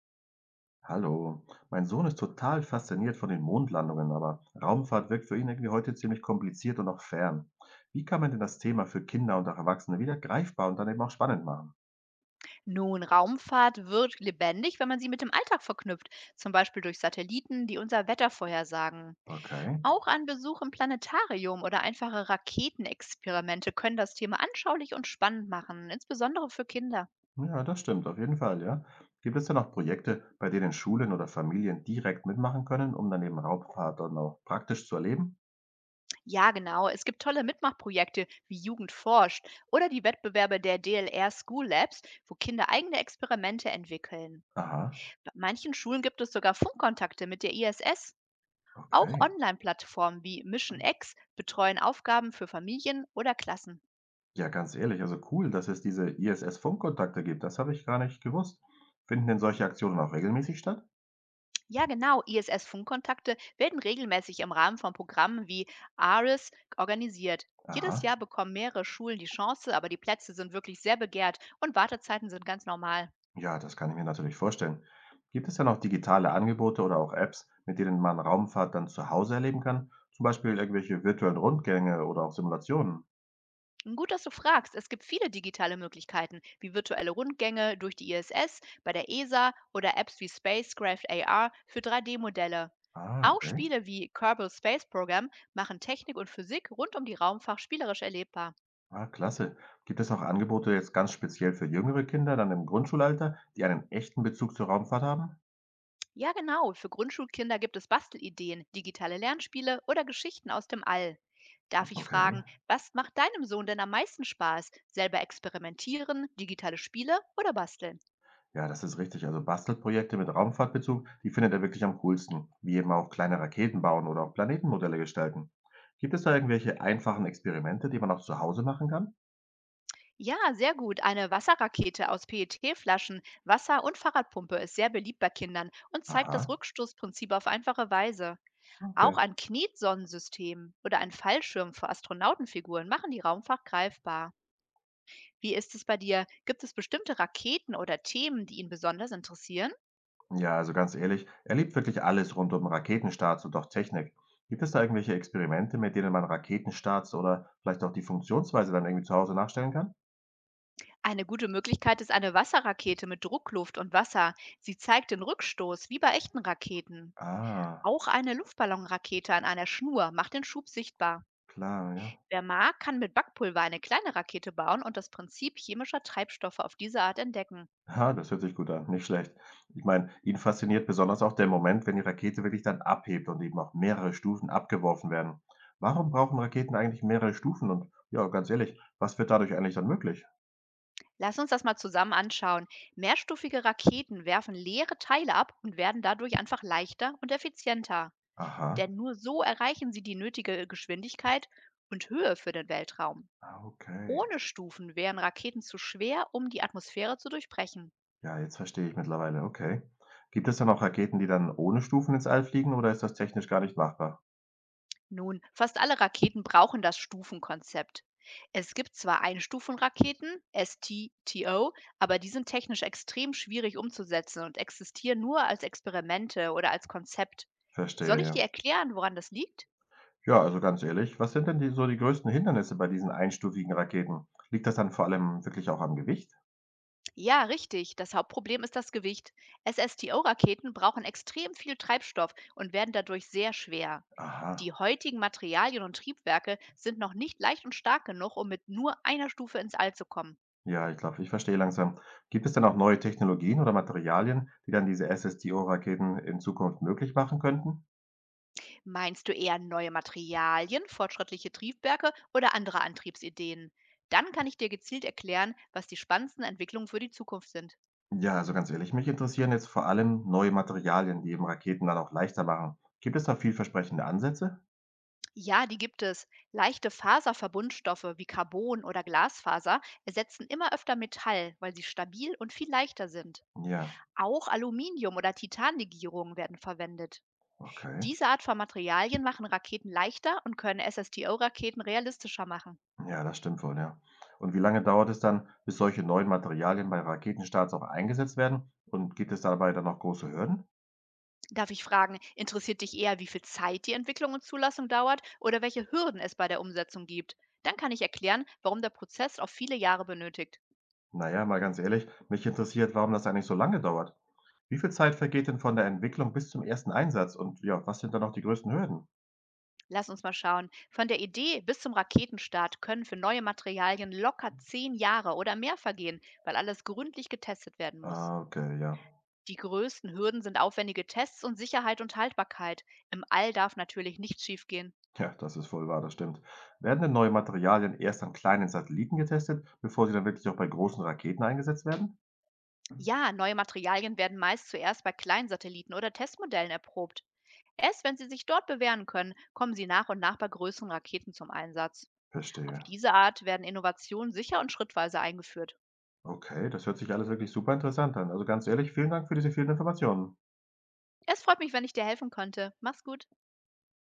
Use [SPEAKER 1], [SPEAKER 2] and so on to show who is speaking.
[SPEAKER 1] Hallo. Mein Sohn ist total fasziniert von den Mondlandungen, aber Raumfahrt wirkt für ihn irgendwie heute ziemlich kompliziert und auch fern. Wie kann man denn das Thema für Kinder und auch Erwachsene wieder greifbar und dann eben auch spannend machen?
[SPEAKER 2] Nun, Raumfahrt wird lebendig, wenn man sie mit dem Alltag verknüpft, zum Beispiel durch Satelliten, die unser Wetter vorhersagen.
[SPEAKER 1] Okay.
[SPEAKER 2] Auch ein Besuch im Planetarium oder einfache Raketenexperimente können das Thema anschaulich und spannend machen, insbesondere für Kinder.
[SPEAKER 1] Ja, das stimmt, auf jeden Fall, ja. Gibt es denn auch Projekte, bei denen Schulen oder Familien direkt mitmachen können, um dann eben Raumfahrt dann auch praktisch zu erleben?
[SPEAKER 2] Ja, genau, es gibt tolle Mitmachprojekte wie Jugend forscht oder die Wettbewerbe der DLR School Labs, wo Kinder eigene Experimente entwickeln.
[SPEAKER 1] Aha,
[SPEAKER 2] Bei manchen Schulen gibt es sogar Funkkontakte mit der ISS. Auch
[SPEAKER 1] okay.
[SPEAKER 2] Online-Plattformen wie Mission X betreuen Aufgaben für Familien oder Klassen.
[SPEAKER 1] Ja, ganz ehrlich, also cool, dass es diese ISS-Funkkontakte gibt. Das habe ich gar nicht gewusst. Finden denn solche Aktionen auch regelmäßig statt?
[SPEAKER 2] Ja, genau, ISS-Funkkontakte werden regelmäßig im Rahmen von Programmen wie ARIS organisiert. Jedes
[SPEAKER 1] Aha.
[SPEAKER 2] Jahr bekommen mehrere Schulen die Chance, aber die Plätze sind wirklich sehr begehrt und Wartezeiten sind ganz normal.
[SPEAKER 1] Ja, das kann ich mir natürlich vorstellen. Gibt es denn auch digitale Angebote oder auch Apps, mit denen man Raumfahrt dann zu Hause erleben kann? Zum Beispiel irgendwelche virtuellen Rundgänge oder auch Simulationen?
[SPEAKER 2] Gut, dass du fragst. Es gibt viele digitale Möglichkeiten, wie virtuelle Rundgänge durch die ISS, bei der ESA oder Apps wie Spacecraft AR für 3D-Modelle.
[SPEAKER 1] Ah,
[SPEAKER 2] Auch
[SPEAKER 1] okay.
[SPEAKER 2] Spiele wie Kerbal Space Program machen Technik und Physik rund um die Raumfahrt spielerisch erlebbar.
[SPEAKER 1] Ah, klasse. Gibt es auch Angebote jetzt ganz speziell für jüngere Kinder, dann im Grundschulalter, die einen echten Bezug zur Raumfahrt haben?
[SPEAKER 2] Ja, genau. Für Grundschulkinder gibt es Bastelideen, digitale Lernspiele oder Geschichten aus dem All. Darf ich
[SPEAKER 1] Okay.
[SPEAKER 2] fragen, was macht deinem Sohn denn am meisten Spaß? Selber experimentieren, digitale Spiele oder basteln?
[SPEAKER 1] Ja, das ist richtig. Also Bastelprojekte mit Raumfahrtbezug, die findet er wirklich am coolsten. Wie eben auch kleine Raketen bauen oder auch Planetenmodelle gestalten. Gibt es da irgendwelche einfachen Experimente, die man auch zu Hause machen kann?
[SPEAKER 2] Ja, sehr gut. Eine Wasserrakete aus PET-Flaschen, Wasser und Fahrradpumpe ist sehr beliebt bei Kindern und zeigt das
[SPEAKER 1] Aha.
[SPEAKER 2] Rückstoßprinzip auf einfache Weise.
[SPEAKER 1] Okay.
[SPEAKER 2] Auch ein Knetsonnensystem oder ein Fallschirm für Astronautenfiguren machen die Raumfahrt greifbar. Wie ist es bei dir? Gibt es bestimmte Raketen oder Themen, die ihn besonders interessieren?
[SPEAKER 1] Ja, also ganz ehrlich, er liebt wirklich alles rund um Raketenstarts und auch Technik. Gibt es da irgendwelche Experimente, mit denen man Raketenstarts oder vielleicht auch die Funktionsweise dann irgendwie zu Hause nachstellen kann?
[SPEAKER 2] Eine gute Möglichkeit ist eine Wasserrakete mit Druckluft und Wasser. Sie zeigt den Rückstoß wie bei echten Raketen.
[SPEAKER 1] Ah,
[SPEAKER 2] Auch eine Luftballonrakete an einer Schnur macht den Schub sichtbar.
[SPEAKER 1] klar, ja.
[SPEAKER 2] Wer mag, kann mit Backpulver eine kleine Rakete bauen und das Prinzip chemischer Treibstoffe auf diese Art entdecken.
[SPEAKER 1] Ha, das hört sich gut an, nicht schlecht. Ich meine, ihn fasziniert besonders auch der Moment, wenn die Rakete wirklich dann abhebt und eben auch mehrere Stufen abgeworfen werden. Warum brauchen Raketen eigentlich mehrere Stufen? Und ja, ganz ehrlich, was wird dadurch eigentlich dann möglich?
[SPEAKER 2] Lass uns das mal zusammen anschauen. Mehrstufige Raketen werfen leere Teile ab und werden dadurch einfach leichter und effizienter.
[SPEAKER 1] Aha,
[SPEAKER 2] Denn nur so erreichen sie die nötige Geschwindigkeit und Höhe für den Weltraum.
[SPEAKER 1] ah, okay.
[SPEAKER 2] Ohne Stufen wären Raketen zu schwer, um die Atmosphäre zu durchbrechen.
[SPEAKER 1] Ja, jetzt verstehe ich mittlerweile, okay. Gibt es dann auch Raketen, die dann ohne Stufen ins All fliegen, oder ist das technisch gar nicht machbar?
[SPEAKER 2] Nun, fast alle Raketen brauchen das Stufenkonzept. Es gibt zwar Einstufenraketen (STTO), aber die sind technisch extrem schwierig umzusetzen und existieren nur als Experimente oder als Konzept. Soll
[SPEAKER 1] Verstehe,
[SPEAKER 2] ich dir
[SPEAKER 1] ja.
[SPEAKER 2] erklären, woran das liegt?
[SPEAKER 1] Ja, also ganz ehrlich, was sind denn die, so die größten Hindernisse bei diesen einstufigen Raketen? Liegt das dann vor allem wirklich auch am Gewicht?
[SPEAKER 2] Ja, richtig. Das Hauptproblem ist das Gewicht. SSTO Raketen brauchen extrem viel Treibstoff und werden dadurch sehr schwer.
[SPEAKER 1] Aha,
[SPEAKER 2] Die heutigen Materialien und Triebwerke sind noch nicht leicht und stark genug, um mit nur einer Stufe ins All zu kommen.
[SPEAKER 1] ja, ich glaube, ich verstehe langsam. Gibt es dann auch neue Technologien oder Materialien, die dann diese SSTO-Raketen in Zukunft möglich machen könnten?
[SPEAKER 2] Meinst du eher neue Materialien, fortschrittliche Triebwerke oder andere Antriebsideen? Dann kann ich dir gezielt erklären, was die spannendsten Entwicklungen für die Zukunft sind.
[SPEAKER 1] Ja, also ganz ehrlich, mich interessieren jetzt vor allem neue Materialien, die eben Raketen dann auch leichter machen. Gibt es da vielversprechende Ansätze?
[SPEAKER 2] Ja, die gibt es. Leichte Faserverbundstoffe wie Carbon oder Glasfaser ersetzen immer öfter Metall, weil sie stabil und viel leichter sind.
[SPEAKER 1] Ja,
[SPEAKER 2] Auch Aluminium- oder Titanlegierungen werden verwendet.
[SPEAKER 1] okay.
[SPEAKER 2] Diese Art von Materialien machen Raketen leichter und können SSTO-Raketen realistischer machen.
[SPEAKER 1] Ja, das stimmt wohl, ja. Und wie lange dauert es dann, bis solche neuen Materialien bei Raketenstarts auch eingesetzt werden? Und gibt es dabei dann noch große Hürden?
[SPEAKER 2] Darf ich fragen, interessiert dich eher, wie viel Zeit die Entwicklung und Zulassung dauert oder welche Hürden es bei der Umsetzung gibt? Dann kann ich erklären, warum der Prozess auch viele Jahre benötigt.
[SPEAKER 1] Naja, mal ganz ehrlich, mich interessiert, warum das eigentlich so lange dauert. Wie viel Zeit vergeht denn von der Entwicklung bis zum ersten Einsatz? Und ja, was sind dann noch die größten Hürden?
[SPEAKER 2] Lass uns mal schauen. Von der Idee bis zum Raketenstart können für neue Materialien locker 10 Jahre oder mehr vergehen, weil alles gründlich getestet werden muss.
[SPEAKER 1] Ah, okay, ja.
[SPEAKER 2] Die größten Hürden sind aufwendige Tests und Sicherheit und Haltbarkeit. Im All darf natürlich nichts schiefgehen.
[SPEAKER 1] Ja, das ist voll wahr, das stimmt. Werden denn neue Materialien erst an kleinen Satelliten getestet, bevor sie dann wirklich auch bei großen Raketen eingesetzt werden?
[SPEAKER 2] Ja, neue Materialien werden meist zuerst bei kleinen Satelliten oder Testmodellen erprobt. Erst wenn sie sich dort bewähren können, kommen sie nach und nach bei größeren Raketen zum Einsatz. Auf
[SPEAKER 1] Verstehe.
[SPEAKER 2] diese Art werden Innovationen sicher und schrittweise eingeführt.
[SPEAKER 1] Okay, das hört sich alles wirklich super interessant an. Also ganz ehrlich, vielen Dank für diese vielen Informationen.
[SPEAKER 2] Es freut mich, wenn ich dir helfen konnte. Mach's gut.